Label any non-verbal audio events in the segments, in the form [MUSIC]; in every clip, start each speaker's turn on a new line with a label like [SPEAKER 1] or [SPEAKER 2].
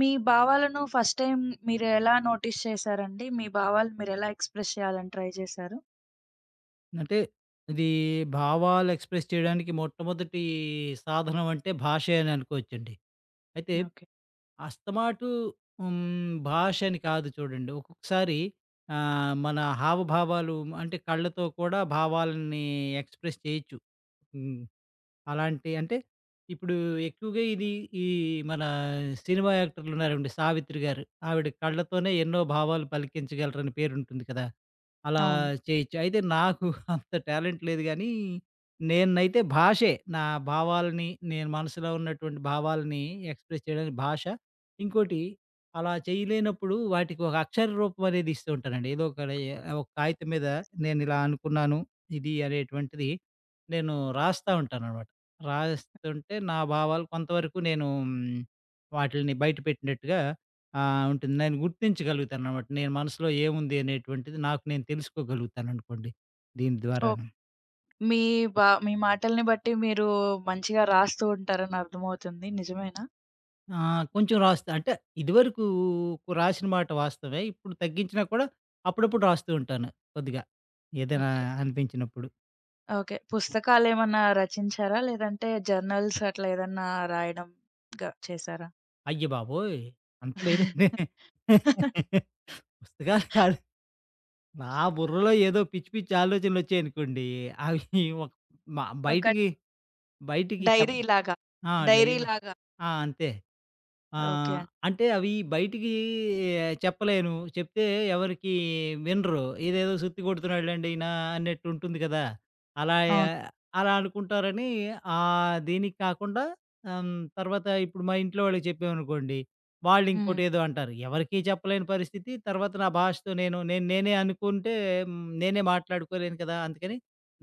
[SPEAKER 1] మీ భావాలను first time మీరెలా notice చేశారండి? మీ భావాలు మీరెలా ఎక్స్‌ప్రెస్ చేయాలని ట్రై చేశారు?
[SPEAKER 2] అంటే ఇది భావాలు ఎక్స్‌ప్రెస్ చేయడానికి మొట్టమొదటి సాధనం అంటే భాషే అని అనుకోవచ్చండి. అయితే
[SPEAKER 1] ఓకే.
[SPEAKER 2] అస్తమాటు భాష అని కాదు చూడండి. ఒక్కొక్కసారి మన హావభావాలు అంటే కళ్ళతో కూడా భావాలని ఎక్స్‌ప్రెస్ చేయొచ్చు. హ్మ్. అలాంటి అంటే ఇప్పుడు ఎక్కువగా ఇది ఈ మన సినిమా యాక్టర్లు ఉన్నారండి. 'సావిత్రి' గారు. ఆవిడ కళ్ళతోనే ఎన్నో భావాలు పలికించగలరని పేరుంటుంది కదా! అలా
[SPEAKER 1] అవును.
[SPEAKER 2] చేయొచ్చు. అయితే నాకు [LAUGHS] అంత టాలెంట్ లేదు గానీ, నేనైతే భాషే. నా భావాలని నేను మనసులో ఉన్నటువంటి భావాలని ఎక్స్‌ప్రెస్ చేయడానికి భాష. ఇంకోటి అలా చేయలేనప్పుడు వాటికి ఒక అక్షర రూపం అనేది ఇస్తూ ఉంటానండి. ఏదో ఒక రే ఒక కాగితం మీద నేనిలా అనుకున్నాను ఇది అనేటువంటిది నేను రాస్తా ఉంటాననమాట. రాస్తుంటే నా భావాలు కొంతవరకు నేను వాటిల్ని బయటపెట్టినట్టుగా ఉంటుంది. నేను గుర్తించగలుగుతాననమాట. నేను మనసులో ఏముంది అనేటువంటిది నాకు నేను తెలుసుకోగలుగుతాననుకోండి దీని
[SPEAKER 1] ఓహ్!
[SPEAKER 2] ద్వారాను.
[SPEAKER 1] మీ మీ మాటల్ని బట్టి మీరు మంచిగా రాస్తూ ఉంటారని అర్థమవుతుంది. నిజమేనా?
[SPEAKER 2] ఆ! కొంచెం రాస్తా. అంటే ఇదివరకు రాసిన మాట వాస్తవమే. ఇప్పుడు తగ్గించినా కూడా అప్పుడప్పుడు రాస్తూ ఉంటాను కొద్దిగా. ఏదైనా
[SPEAKER 1] ఓకే.
[SPEAKER 2] అనిపించినప్పుడు.
[SPEAKER 1] ఓకే. పుస్తకాలేమన్నా రచించారా? లేదంటే జర్నల్స్ అట్లా ఏదన్నా రాయడం గా చేశారా?
[SPEAKER 2] అయ్య బాబోయ్! అంత లేదండి.
[SPEAKER 1] [LAUGHS]
[SPEAKER 2] [LAUGHS] పుస్తకాలు కాదు. నా బుర్రలో ఏదో పిచ్చి పిచ్చి ఆలోచనలొచ్చాయనుకోండి, అవి ఒక మ
[SPEAKER 1] ఒక
[SPEAKER 2] బయటికి బయటికి చెప్
[SPEAKER 1] డైరీలాగా.
[SPEAKER 2] ఆ!
[SPEAKER 1] డైరీలాగా.
[SPEAKER 2] ఆ! అంతే. ఆ!
[SPEAKER 1] ఓకే అండి.
[SPEAKER 2] అంటే అవి బయటికి ఏ, చెప్పలేను. చెప్తే ఎవరికీ వినరు. ఇదేదో సుత్తి కొడుతున్నాడులెండి ఈయన అన్నట్టుంటుంది కదా! అలా య
[SPEAKER 1] అవును.
[SPEAKER 2] అలా అనుకుంటారని దీనికి కాకుండా తర్వాత ఇప్పుడు మా ఇంట్లో వాళ్ళకి చెప్పామనుకోండి,
[SPEAKER 1] హ్మ్.
[SPEAKER 2] వాళ్ళింకోటేదో అంటారు. ఎవరికీ చెప్పలేని పరిస్థితి. తర్వాత నా భాషతో నేను నేను నేనే అనుకుంటే నేనే మాట్లాడుకోలేను కదా! అందుకని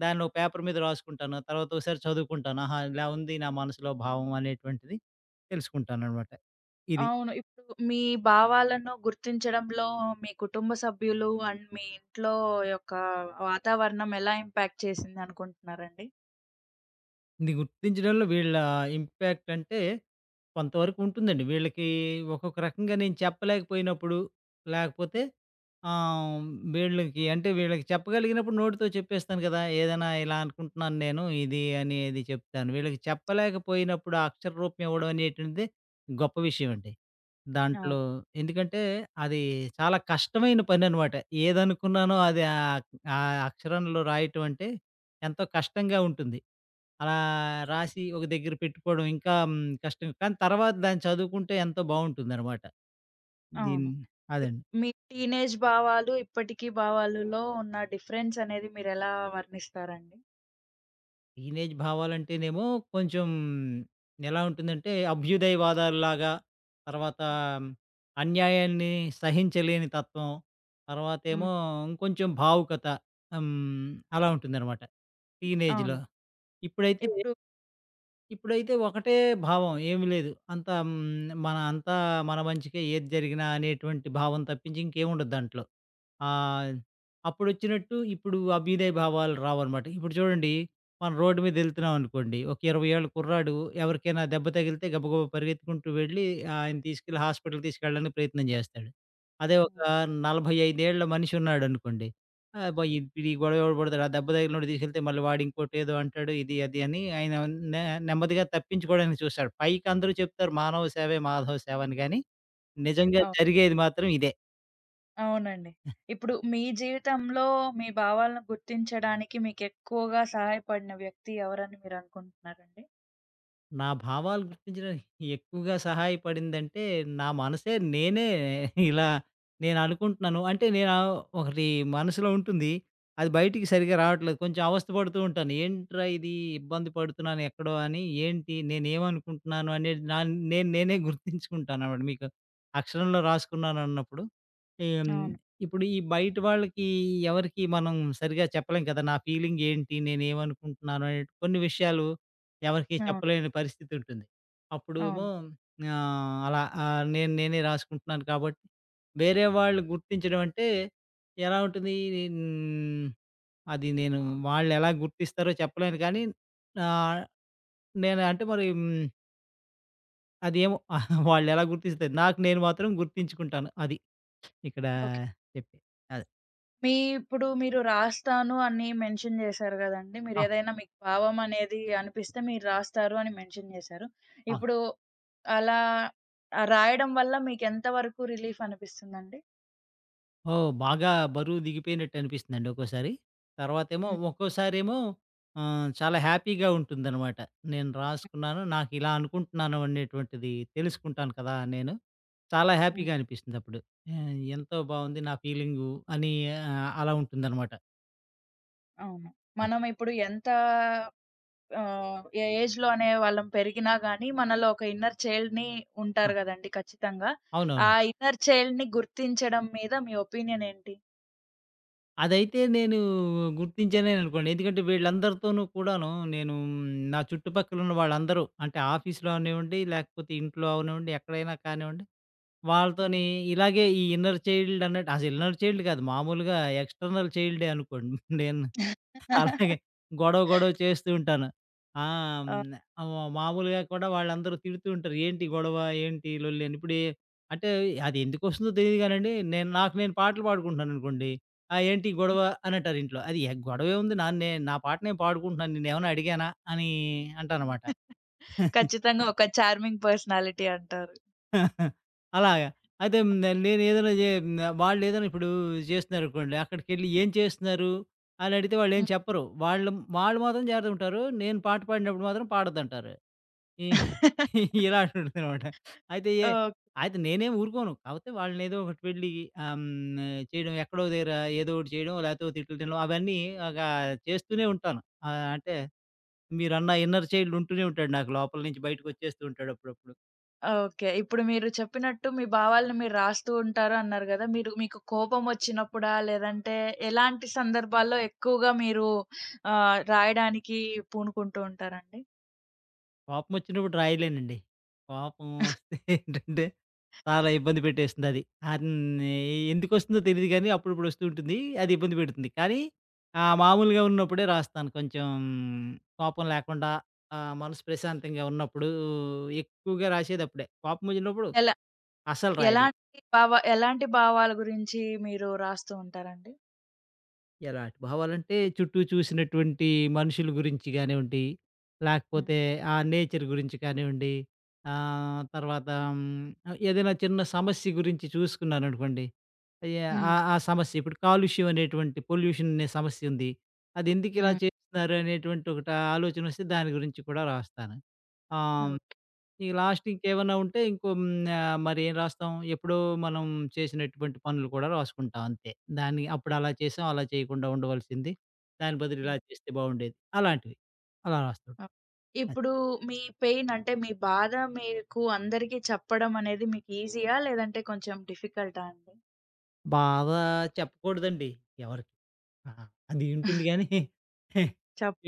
[SPEAKER 2] దాన్నో పేపర్ మీద రాసుకుంటాను. తర్వాత ఒకసారి చదువుకుంటాను. ఆహా! ఇలా ఉంది నా మనసులో భావం అనేటువంటిది తెలుసుకుంటాననమాట. ఇది.
[SPEAKER 1] అవును. ఇప్పుడు మీ భావాలను గుర్తించడంలో మీ కుటుంబ సభ్యులు అండ్ మీ ఇంట్లో యొక్క వాతావరణం ఎలా ఇంపాక్ట్ చేసిందనుకుంటున్నారండి?
[SPEAKER 2] ఇది గుర్తించడంలో వీళ్ళ ఇంపాక్ట్ అంటే కొంతవరకు ఉంటుందండి. వీళ్ళకి ఒక్కొక్క రకంగా నేను చెప్పలేకపోయినప్పుడు,
[SPEAKER 1] హ్మ్.
[SPEAKER 2] లేకపోతే ఆహ్, వీళ్ళకి అంటే వీళ్ళకి చెప్పగలిగినప్పుడు నోటితో చెప్పేస్తాను కదా! ఏదైనా ఇలా అనుకుంటున్నాను నేను ఇది అనేది చెప్తాను. వీళ్ళకి చెప్పలేకపోయినప్పుడు ఆ అక్షర రూపం ఇవ్వడం అనేటువంటిది గొప్ప విషయం అండి. దాంట్లో
[SPEAKER 1] అవును.
[SPEAKER 2] ఎందుకంటే అది చాలా కష్టమైన పననమాట. ఏదనుకున్నానో అది ఆ అక్షరంలో రాయటం అంటే ఎంతో కష్టంగా ఉంటుంది. అలా రాసి ఒక దగ్గర పెట్టుకోవడం ఇంకా కష్టం. కానీ తర్వాత దాన్ని చదువుకుంటే ఎంతో బావుంటుందనమాట. దీన్
[SPEAKER 1] అవును. ఇప్
[SPEAKER 2] అదండి.
[SPEAKER 1] మీ టీనేజ్ భావాలు, ఇప్పటికి భావాలులో ఉన్న డిఫరెన్స్ అనేది మీరెలా వర్ణిస్తారండి?
[SPEAKER 2] టీనేజ్ భావాలంటేనేమో కొంచెం ఎలా ఉంటుందంటే అభ్యుదయవాదాల్లాగా, తర్వాత
[SPEAKER 1] హ్మ్.
[SPEAKER 2] మ్, అన్యాయాన్ని సహించలేని తత్వం,
[SPEAKER 1] హ్మ్.
[SPEAKER 2] తర్వాతేమో ఇంకొంచెం భావుకత. హ్మ్. అలా ఉంటుందనమాట
[SPEAKER 1] అవును.
[SPEAKER 2] టీనేజ్‌లో. ఇప్పుడైతే
[SPEAKER 1] ఇప్పుడు
[SPEAKER 2] ఇప్పుడైతే ఒకటే భావం ఏమి లేదు. అంతా మన అంతా మన మంచికే ఏది జరిగినా అనేటువంటి భావం తప్పించి ఇంకేముండదు దాంట్లో. ఆహ్, అప్పుడొచ్చినట్టు ఇప్పుడు అభ్యుదయ భావాలు రావనమాట. ఇప్పుడు చూడండి, మనం రోడ్డు మీద ఎళ్తున్నాం అనుకోండి, ఒక 20 ఏళ్ల కుర్రాడు ఎవరికైనా దెబ్బ తగిలితే గబగబా పరిగెత్తుకుంటూ వెళ్లి ఆయన్ని తీసుకెళ్ళి హాస్పిటల్‌కి తీసుకెళ్ళడానికి ప్రయత్నం చేస్తాడు. అదే ఒక
[SPEAKER 1] హ్మ్.
[SPEAKER 2] 45 ఏళ్ల మనిషి ఉన్నాడనుకోండి, అబ్బా! ఈ ఈ గొడవ ఎవడు పడతాడు, ఆ దెబ్బ తగిలినోడిని తీసుకెళ్తే మళ్ళీ వాడు ఇంకోటేదో అంటాడు, ఇది అది అని ఆయన నె నెమ్మదిగా తప్పించుకోవడానికి చూస్తాడు. పైకి అందరూ చెప్తారు మానవ సేవే మాధవ సేవ అని గాని, నిజంగా
[SPEAKER 1] అవు
[SPEAKER 2] జరిగేది మాత్రం ఇదే.
[SPEAKER 1] అవునండి ఇప్పుడు మీ జీవితంలో మీ భావాలను గుర్తించడానికి మీకెక్కువగా సహాయపడిన వ్యక్తి ఎవరని మీరనుకుంటున్నారండి?
[SPEAKER 2] నా భావాలు గుర్తించడానికి ఎక్కువగా సహాయపడిందంటే, నా మనసే నేనే ఇలా నేననుకుంటున్నాను. అంటే నేను ఒకటి మనసులో ఉంటుంది. అది బయటికి సరిగ్గా రావట్లేదు. కొంచెం అవస్థ పడుతూ ఉంటాను. ఏంట్రా ఇది ఇబ్బంది పడుతున్నాను ఎక్కడో అని, ఏంటి నేనేమనుకుంటున్నాను అనేది నా నేనే గుర్తించుకుంటానన్నమాట. మీకు అక్షరంలో రాసుకున్నానన్నప్పుడు. ఏం,
[SPEAKER 1] అవును.
[SPEAKER 2] ఇప్పుడు ఈ బయట వాళ్ళకి ఎవరికి మనం సరిగా చెప్పలేం కదా నా ఫీలింగ్ ఏంటి నేనేమనుకుంటున్నాను అనే కొన్ని విషయాలు ఎవరికి
[SPEAKER 1] అవును.
[SPEAKER 2] చెప్పలేని పరిస్థితి ఉంటుంది. అప్పుడేమో
[SPEAKER 1] అవును.
[SPEAKER 2] ఆ, అలా నేను నేనే రాసుకుంటున్నాను కాబట్టి వేరే వాళ్ళు గుర్తించడం అంటే ఎలా ఉంటుంది ఉమ్, అది నేను వాళ్ళు ఎలా గుర్తిస్తారో చెప్పలేను కానీ ఆ, నేను అంటే మరి అది ఏమో [LAUGHS] వాళ్ళు ఎలా గుర్తిస్తారు నాకు నేను మాత్రం గుర్తించుకుంటాను అది ఇక్కడ
[SPEAKER 1] ఓకే.
[SPEAKER 2] చెప్పే అదే.
[SPEAKER 1] మీ ఇప్పుడు మీరు రాస్తాను అని మెన్షన్ జేశారు గదండీ. మీరేదైనా మీకు భావం అనేది అనిపిస్తే మీరు రాస్తారు అని మెన్షన్ జేశారు.
[SPEAKER 2] ఆ!
[SPEAKER 1] ఇప్పుడు అలా రాయడం వల్ల మీకెంత వరకు రిలీఫ్ అనిపిస్తుందండి?
[SPEAKER 2] ఓహ్! బాగా బరువు దిగిపోయినట్టు అనిపిస్తుందండి ఒక్కోసారి. తర్వాతేమో
[SPEAKER 1] హ్మ్.
[SPEAKER 2] ఒక్కోసారేమో చాలా హ్యాపీగా ఉంటుందనమాట. నేను రాసుకున్నాను, నాకిలా అనుకుంటున్నాను అనేటువంటిది తెలుసుకుంటాను కదా నేను. చాలా
[SPEAKER 1] హ్మ్.
[SPEAKER 2] హ్యాపీగా అనిపిస్తుందప్పుడు. ఎంతో బావుంది నా ఫీలింగు అని అలా ఉంటుందనమాట.
[SPEAKER 1] అవును.
[SPEAKER 2] ఆ!
[SPEAKER 1] మనం ఇప్పుడు ఎంత ఏ ఏజ్‌లో అనే వాళ్ళం పెరిగినా గానీ, మనలో ఒక ఇన్నర్ చైల్డ్‌ని
[SPEAKER 2] ఆ!
[SPEAKER 1] ఉంటారు గదండీ ఖచ్చితంగా. ఆ
[SPEAKER 2] అవునవును.
[SPEAKER 1] ఇన్నర్ చైల్డ్‌ని గుర్తించడం మీద మీ ఒపీనియన్ ఏంటి?
[SPEAKER 2] అదైతే నేను గుర్తించానేననుకోండి. ఎందుకంటే వీళ్ళందరితోనూ కూడాను నేను నా చుట్టుపక్కల ఉన్న వాళ్ళందరూ అంటే ఆఫీస్‌లో అవనివ్వండి, లేకపోతే ఇంట్లో అవనివ్వండి, ఎక్కడైనా కానివ్వండి
[SPEAKER 1] హ్మ్.
[SPEAKER 2] వాళ్ళతోని ఇలాగే ఈ ఇన్నర్ చైల్డ్ అన్నట్టు అసలు ఇన్నర్ చైల్డ్ కాదు మామూలుగా ఎక్స్టర్నల్ చైల్డే అనుకోండి. [LAUGHS] నేను అలాగే
[SPEAKER 1] [LAUGHS]
[SPEAKER 2] గొడవ, గొడవ చేస్తూ ఉంటాను. ఆ!
[SPEAKER 1] ఆ!
[SPEAKER 2] హ్మ్. మామూలుగా కూడా వాళ్ళందరూ తిడుతూ ఉంటారు. ఏంటి గొడవ? ఏంటి లొల్లి? అని. అంటే అది ఎందుకొస్తుందో తెలీదు గానండి. నేను నాకు నేను పాటలు పాడుకుంటున్నాననుకోండి. "ఆ! ఏంటి
[SPEAKER 1] హ్మ్.
[SPEAKER 2] గొడవ?" అని అంటారు ఇంట్లో. అది ఎ గొడవేముంది? నా నా పాట నేను పాడుకుంటున్నాను. నిన్నేమన్నా అడిగానా? అని అంటాననమాట.
[SPEAKER 1] ఖచ్చితంగా ఒక చార్మింగ్ పర్సనాలిటీ అంటారు.
[SPEAKER 2] అలాగా. అయితే నేనేదైనా జే వాళ్ళేదైనా ఇప్పుడు చేస్తున్నారనుకోండి. అక్కడికెళ్ళి ఏం చేస్తున్నారు? అని అడిగితే వాళ్ళేం
[SPEAKER 1] హ్మ్.
[SPEAKER 2] చెప్పరు. వాళ్ళు వాళ్ళు మాత్రం జాగ్రత్తగుంటారు. నేను పాట పాడినప్పుడు మాత్రం పాడొద్దంటారు. ఈ [LAUGHS] ఇలాంటుంటదనమాట. అయితే ఏ
[SPEAKER 1] ఓహ్!
[SPEAKER 2] అయితే నేనేమి ఊరుకోను. కాకపోతే వాళ్ళనేదో ఒకటి వెళ్ళి ఆహ్, హ్మ్. చేయడం ఎక్కడో దగ్గర ఏదో ఒకటి చేయడం లేకపోతే ఓ తిట్లు తినడం అవన్నీ ఒకా చేస్తూనే ఉంటాను. అంటే మీరన్న ఇన్నర్ చైల్డ్ ఉంటూనే ఉంటాడు నాకు లోపల నుంచి బయటకొచ్చేస్తూ ఉంటాడు అప్పుడప్పుడు.
[SPEAKER 1] ఓకే. ఇప్పుడు మీరు చెప్పినట్టు మీ భావాలను మీరు రాస్తూ ఉంటారు అన్నారు గదా! మీరు మీకు కోపమొచ్చినప్పుడా? లేదంటే ఎలాంటి సందర్భాల్లో ఎక్కువగా మీరు రాయడానికి పూనుకుంటూ ఉంటారండి?
[SPEAKER 2] కోపమొచ్చినప్పుడు రాయలేనండి. కోపం వస్తే [LAUGHS] ఏంటంటే, చాలా ఇబ్బంది పెట్టేస్తుందది. అన్ ఎందుకొస్తుందో తెలీదు గానీ, అప్పుడప్పుడు వస్తూ ఉంటుంది. అది ఇబ్బంది పెడుతుంది. కానీ, మామూలుగా ఉన్నప్పుడే రాస్తాను. కొంచెం కోపం లేకుండా మనసు ప్రశాంతంగా ఉన్నప్పుడు ఎక్కువగా రాసేదప్పుడే. కోపమొచ్చినప్పుడు
[SPEAKER 1] ఎలా
[SPEAKER 2] అస్సలు రాయలే.
[SPEAKER 1] ఎలాంటి భావాల గురించి మీరు రాస్తూ ఉంటారండి?
[SPEAKER 2] ఎలాంటి భావాలంటే, చుట్టూ చూసినటువంటి మనుషుల గురించి గానివ్వండి,
[SPEAKER 1] హ్మ్.
[SPEAKER 2] లేకపోతే ఆ నేచర్ గురించి కానివ్వండి, తర్వాత ఏదైనా చిన్న సమస్య గురించి చూసుకున్నాననుకోండి, అయ్య
[SPEAKER 1] హ్మ్.
[SPEAKER 2] ఆ ఆ సమస్య ఇప్పుడు కాలుష్యం అనేటువంటి పొల్యూషన్ అనే సమస్య ఉంది. అది ఎందుకిలా
[SPEAKER 1] హ్మ్.
[SPEAKER 2] చేస్తున్నారు అనేటువంటి ఒకటి ఆలోచనొస్తే దాని గురించి కూడా రాస్తాను. ఆహ్,
[SPEAKER 1] ఓహ్!
[SPEAKER 2] ఈ లాస్ట్ ఇంకేమన్నా ఉంటే ఇంకో మరేం రాస్తాం? ఎప్పుడో మనం చేసినటువంటి పనులు కూడా రాసుకుంటాం అంతే. దాన్ని అప్పుడు అలా చేసాం, అలా చేయకుండా ఉండవలసింది. దాని బదులు
[SPEAKER 1] హ్మ్.
[SPEAKER 2] ఇలా చేస్తే బావుండేది. అలాంటివి. అలా రాస్తుంటాం.
[SPEAKER 1] ఆ!
[SPEAKER 2] అది.
[SPEAKER 1] ఇప్పుడు మీ పెయిన్ అంటే మీ బాధ మీకు అందరికీ చెప్పడం అనేది మీకు ఈజీయా? లేదంటే కొంచెం డిఫికల్టా అండి?
[SPEAKER 2] బాగా చెప్పకూడదండి ఎవరికీ. ఆ! అది ఉంటుంది గానీ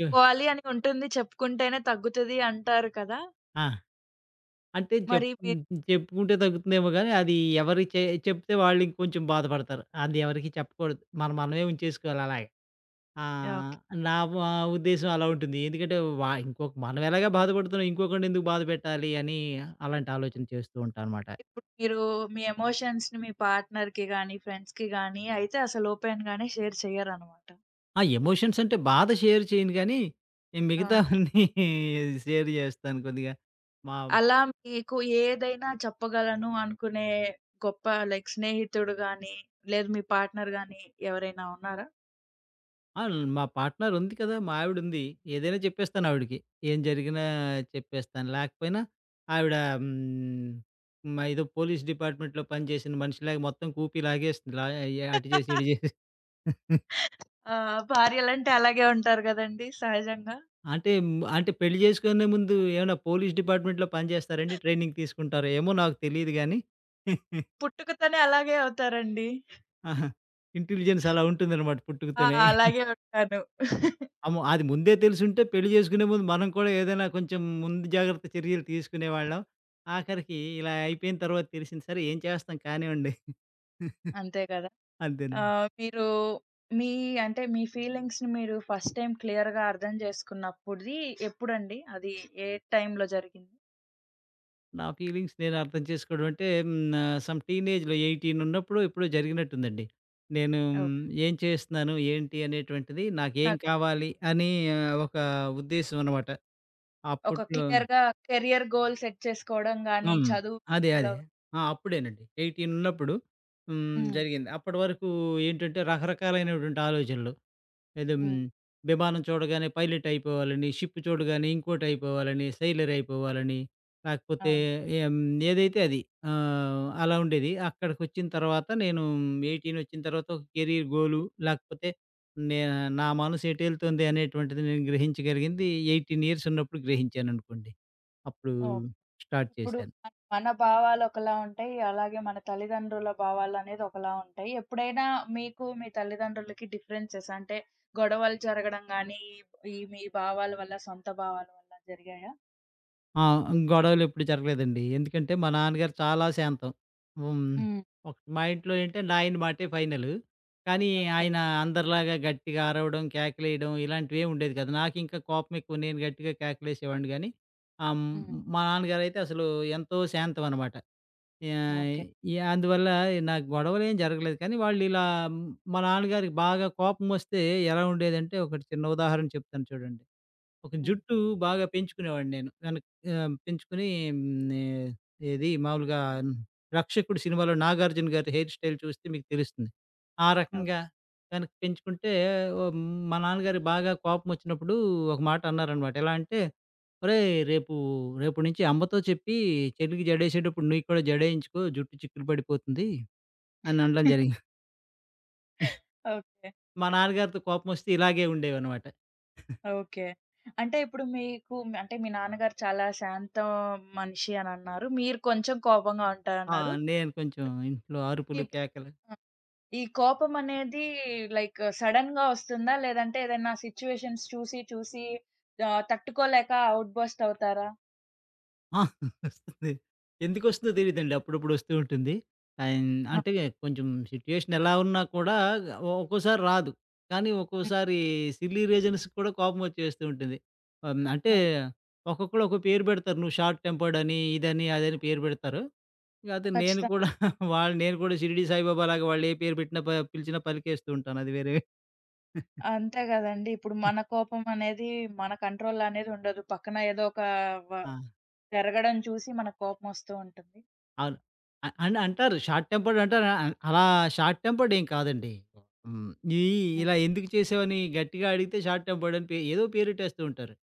[SPEAKER 2] యాహ్! [LAUGHS]
[SPEAKER 1] అని ఉంటుంది. చెప్పుకుంటేనే తగ్గుతది అంటారు కదా!
[SPEAKER 2] ఆ! అంటే చెప్
[SPEAKER 1] మరి మీ
[SPEAKER 2] చెప్పుకుంటే తగ్గుతుందేమో గానీ, అది ఎవరికి చెప్తే వాళ్ళు ఇంకొంచెం బాధపడతారు. అది ఎవరికీ చెప్పకూడదు. మనం మనమే ఉంచేసుకోవాలి అలాగ. ఆ!
[SPEAKER 1] ఓకే.
[SPEAKER 2] నా వా ఉద్దేశ్యం అలా ఉంటుంది. ఎందుకంటే ఇంకొక మనం ఎలాగా బాధపడుతున్నాం ఇంకొకడినెందుకు బాధ పెట్టాలి అని అలాంటి ఆలోచన చేస్తూ ఉంటానమాట.
[SPEAKER 1] ఇప్పుడు మీరు మీ ఎమోషన్స్‌ని మీ పార్ట్నర్‌కి గాని, ఫ్రెండ్స్‌కి గాని అయితే అసలు ఓపెన్‌గానే షేర్ చెయ్యరనమాట.
[SPEAKER 2] ఆ ఎమోషన్స్ అంటే బాధ షేర్ చేయను కానీ, నేను
[SPEAKER 1] ఆ!
[SPEAKER 2] మిగతావన్నీ [LAUGHS] షేర్ చేస్తాను కొద్దిగా. మా
[SPEAKER 1] అలా మీకు ఏదైనా చెప్పగలను అనుకునే గొప్ప లైక్ స్నేహితుడు గాని, లేదు మీ పార్ట్నర్ గాని ఎవరైనా ఉన్నారా?
[SPEAKER 2] ఆ! మా పార్ట్నర్ ఉంది కదా! మా ఆవిడుంది. ఏదైనా చెప్పేస్తాను ఆవిడకి. ఏం జరిగినా చెప్పేస్తాను. లేకపోయినా ఆవిడ హ్మ్, మా ఏదో పోలీస్ డిపార్ట్మెంట్‌లో పనిచేసిన మనిషిలాగా మొత్తం కూపి లాగేస్తుంది. అటు చేసి ఇటు
[SPEAKER 1] [LAUGHS]
[SPEAKER 2] చేసి.
[SPEAKER 1] ఆ! భార్యలంటే అలాగే ఉంటారు గదండీ సహజంగా.
[SPEAKER 2] అంటే అంటే పెళ్లి చేసుకునే ముందు ఏమైనా పోలీస్ డిపార్ట్మెంట్‌లో పని చేస్తారండి? ట్రైనింగ్ తీసుకుంటారా? ఏమో నాకు తెలీదు గానీ.
[SPEAKER 1] పుట్టుకతోనే అలాగే అవుతారండి.
[SPEAKER 2] ఆహా! [LAUGHS] ఇంటెలిజెన్స్ అలా ఉంటుందనమాట
[SPEAKER 1] ఆ!
[SPEAKER 2] పుట్టుకతోనే.
[SPEAKER 1] అలాగే ఉంటాను.
[SPEAKER 2] అమ్మో! అది ముందే తెలిసుంటే పెళ్లి చేసుకునే ముందు మనం కూడా ఏదైనా కొంచెం ముందు జాగ్రత్త చర్యలు తీసుకునేవాళ్ళం. ఆఖరికి ఇలా అయిపోయిన తర్వాత తెలిసింది. సరే ఏం చేస్తాం కానివ్వండి. [LAUGHS]
[SPEAKER 1] అంతే కదా!
[SPEAKER 2] అంతేనండి.
[SPEAKER 1] మీరు మీ అంటే మీ ఫీలింగ్స్‌ని మీరు ఫస్ట్ టైమ్ క్లియర్‌గా అర్థం చేసుకున్నప్పుడిది ఎప్పుడండి? అది ఏ టైమ్‌లో జరిగింది?
[SPEAKER 2] నా ఫీలింగ్స్ నేను అర్థం చేసుకోవడం అంటే సమ్ టీనేజ్‌లో 18 ఉన్నప్పుడు ఎప్పుడో జరిగినట్టుందండి. నేను
[SPEAKER 1] ఓకే.
[SPEAKER 2] ఏం చేస్తున్నాను? ఏంటి? అనేటువంటిది నాకేం
[SPEAKER 1] నాకు
[SPEAKER 2] కావాలి? అని ఒక ఉద్దేశ్యం అనమాట.
[SPEAKER 1] ఒక
[SPEAKER 2] అప్పట్లో
[SPEAKER 1] క్లియర్‌గా కెరియర్ గోల్ సెట్ చేసుకోవడం గాని,
[SPEAKER 2] హ్మ్.
[SPEAKER 1] చదువు విషయంలో
[SPEAKER 2] అదే. ఆ! అప్పుడేనండి. 18 ఉన్నప్పుడు హ్మ్.
[SPEAKER 1] హ్మ్.
[SPEAKER 2] జరిగింది. అప్పటి వరకు ఏంటంటే రకరకాలైనటువంటి ఆలోచనలు. ఏదో
[SPEAKER 1] హ్మ్.
[SPEAKER 2] హ్మ్. విమానం చూడగానే పైలట్ అయిపోవాలని, షిప్ చూడగానే ఇంకోటి అయిపోవాలని, సెయిలర్ అయిపోవాలని, లేకపోతే
[SPEAKER 1] అవును.
[SPEAKER 2] ఏం ఏదైతే అది. అలా ఉండేది. అక్కడికొచ్చిన తర్వాత నేను 18 వచ్చిన తర్వాత ఒక కెరీర్ గోలు లేకపోతే నే నా మనసు ఎటెళ్తుంది అనేటువంటిది నేను గ్రహించగలిగింది 18 ఇయర్స్ ఉన్నప్పుడు గ్రహించాననుకోండి. అప్పుడు
[SPEAKER 1] ఓహ్!
[SPEAKER 2] స్టార్ట్
[SPEAKER 1] ఇప్పుడు
[SPEAKER 2] చేశాను.
[SPEAKER 1] మన మన భావాలొకలా ఉంటాయి. అలాగే మన తల్లిదండ్రుల భావాలనేది ఒకలా ఉంటాయి. ఎప్పుడైనా మీకు మీ తల్లిదండ్రులకి డిఫరెన్సెస్ అంటే గొడవలు జరగడం గానీ, ఈ ఈ మీ భావాల వల్ల, సొంత భావాల వల్ల జరిగాయా?
[SPEAKER 2] ఆ! గొడవలెప్పుడు జరగలేదండి. ఎందుకంటే మా నాన్నగారు చాలా శాంతం. హ్మ్.
[SPEAKER 1] హ్మ్.
[SPEAKER 2] ఒక మా ఇంట్లో ఏంటంటే నా ఆయన మాటే ఫైనల్. కానీ
[SPEAKER 1] ఓకే.
[SPEAKER 2] ఆయన అందరిలాగా గట్టిగా అరవడం, కేకలేయడం ఇలాంటివేమి ఉండేది కాదు. నాకింకా కోపం ఎక్కువ. నేను గట్టిగా కేకలేసేవాడిని గానీ ఆహ్, హ్మ్.
[SPEAKER 1] హ్మ్.
[SPEAKER 2] మా నాన్నగారైతే అసలు ఎంతో శాంతం అనమాట. యాయ్
[SPEAKER 1] ఓకే.
[SPEAKER 2] యాహ్! అందువల్ల నాకు గొడవలేం జరగలేదు. కానీ వాళ్ళిలా మా నాన్నగారికి బాగా కోపమొస్తే ఎలా ఉండేదంటే ఒకటి చిన్న ఉదాహరణ చెప్తాను చూడండి. ఒక
[SPEAKER 1] హ్మ్.
[SPEAKER 2] జుట్టు బాగా పెంచుకునేవాడిని నేను. పెంచుకొని హ్మ్, ఏది మామూలుగా 'రక్షకుడు' సినిమాలో నాగార్జున గారి హెయిర్ స్టైల్ చూస్తే మీకు తెలుస్తుంది. ఆ
[SPEAKER 1] ఓకే.
[SPEAKER 2] రకంగా వెనక్కి పెంచుకుంటే ఓహ్! మా నాన్నగారికి బాగా కోపమొచ్చినప్పుడు ఒక మాట అన్నారనమాట. ఎలా అంటే, "ఒరేయ్!
[SPEAKER 1] హ్మ్.
[SPEAKER 2] రేపటి నుంచి అమ్మతో చెప్పి చెల్లికి జడేసేటప్పుడు నీకు కూడా జడేయించుకో జుట్టు చిక్కులు పడిపోతుంది" అని అనడం
[SPEAKER 1] [LAUGHS]
[SPEAKER 2] జరిగింది.
[SPEAKER 1] ఓకే.
[SPEAKER 2] మా నాన్నగారితో కోపమొస్తే ఇలాగే ఉండేవనమాట.
[SPEAKER 1] ఓకే. అంటే ఇప్పుడు మీకు అంటే మీ నాన్నగారు చాలా శాంతం మనిషి అనన్నారు. మీరు కొంచెం కోపంగా
[SPEAKER 2] ఆ!
[SPEAKER 1] ఉంటారన్నారు.
[SPEAKER 2] నేను కొంచెం ఇంట్లో అరుపులు,
[SPEAKER 1] ఇప్
[SPEAKER 2] కేకలు
[SPEAKER 1] ఆ! ఈ కోపం అనేది లైక్ సడెన్‌గా వస్తుందా? లేదంటే ఏదైనా సిట్యుయేషన్స్ చూసి చూసి తట్టుకోలేక అవుట్ బర్స్ట్ అవుతారా?
[SPEAKER 2] ఆ! వస్తుంది. ఎందుకొస్తుందో తెలీదండి. అప్పుడప్పుడు వస్తూ ఉంటుంది. అన్
[SPEAKER 1] ఆ!
[SPEAKER 2] అంటే కొంచెం సిట్యుయేషన్ ఎలా ఉన్నా కూడా ఒక్కోసారి రాదు. కానీ
[SPEAKER 1] హ్మ్.
[SPEAKER 2] ఒక్కోసారి సిల్లీ రీజన్స్‌కి కూడా కోపం వచ్చేస్తూ ఉంటుంది. హ్మ్. అంటే
[SPEAKER 1] అవును.
[SPEAKER 2] ఒక్కొక్కళ్ళు ఒక్కో పేరు పెడతారు. నువ్వు షార్ట్ టెంపర్డ్ అని, ఇదని, అదని పేరు పెడతారు. కాతే నేను
[SPEAKER 1] ఖచ్చితంగా.
[SPEAKER 2] కూడా [LAUGHS] నేను కూడా షిరిడి సాయిబాబా లాగా వాళ్ళు ఏ పేరు పెట్టినా పిలిచినా పలికేస్తూ ఉంటాను. అది వేరే.
[SPEAKER 1] అంతే గదండీ. ఇప్పుడు మన కోపం అనేది మన కంట్రోల్‌లో అనేది ఉండదు. పక్కన ఏదో ఒక వ
[SPEAKER 2] ఆ!
[SPEAKER 1] జరగడం చూసి మనకు కోపం వస్తూ ఉంటుంది.
[SPEAKER 2] అవును. అని అంటారు. షార్ట్ టెంపర్డ్ అంటారు. అలా షార్ట్ టెంపర్డ్ ఏం కాదండి. హ్మ్. ఈ
[SPEAKER 1] హ్మ్.
[SPEAKER 2] ఇలా ఎందుకు చేసావని గట్టిగా అడిగితే షార్ట్ టెంపర్డ్ అని ఏదో పేరెట్టేస్తూ ఉంటారు.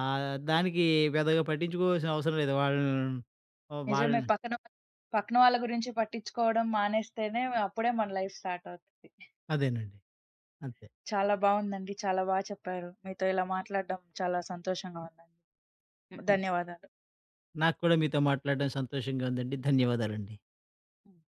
[SPEAKER 2] దానికి పెద్దగా పట్టించుకోవాల్సిన అవసరం లేదు. వాళ్ళు
[SPEAKER 1] నిజమే.
[SPEAKER 2] వాళ్ళని
[SPEAKER 1] పక్కన పక్కన వాళ్ళ గురించి పట్టించుకోవడం మానేస్తేనే అప్పుడే మన లైఫ్ స్టార్ట్ అవుతది.
[SPEAKER 2] అదేనండి. అంతే.
[SPEAKER 1] చాలా బావుందండి. చాలా బా చెప్పారు. మీతో ఇలా మాట్లాడడం చాలా సంతోషంగా ఉందండి.
[SPEAKER 2] హ్మ్.
[SPEAKER 1] ధన్యవాదాలు.
[SPEAKER 2] నాకు కూడా మీతో మాట్లాడడం సంతోషంగా ఉందండి. ధన్యవాదాలండి.
[SPEAKER 1] హ్మ్.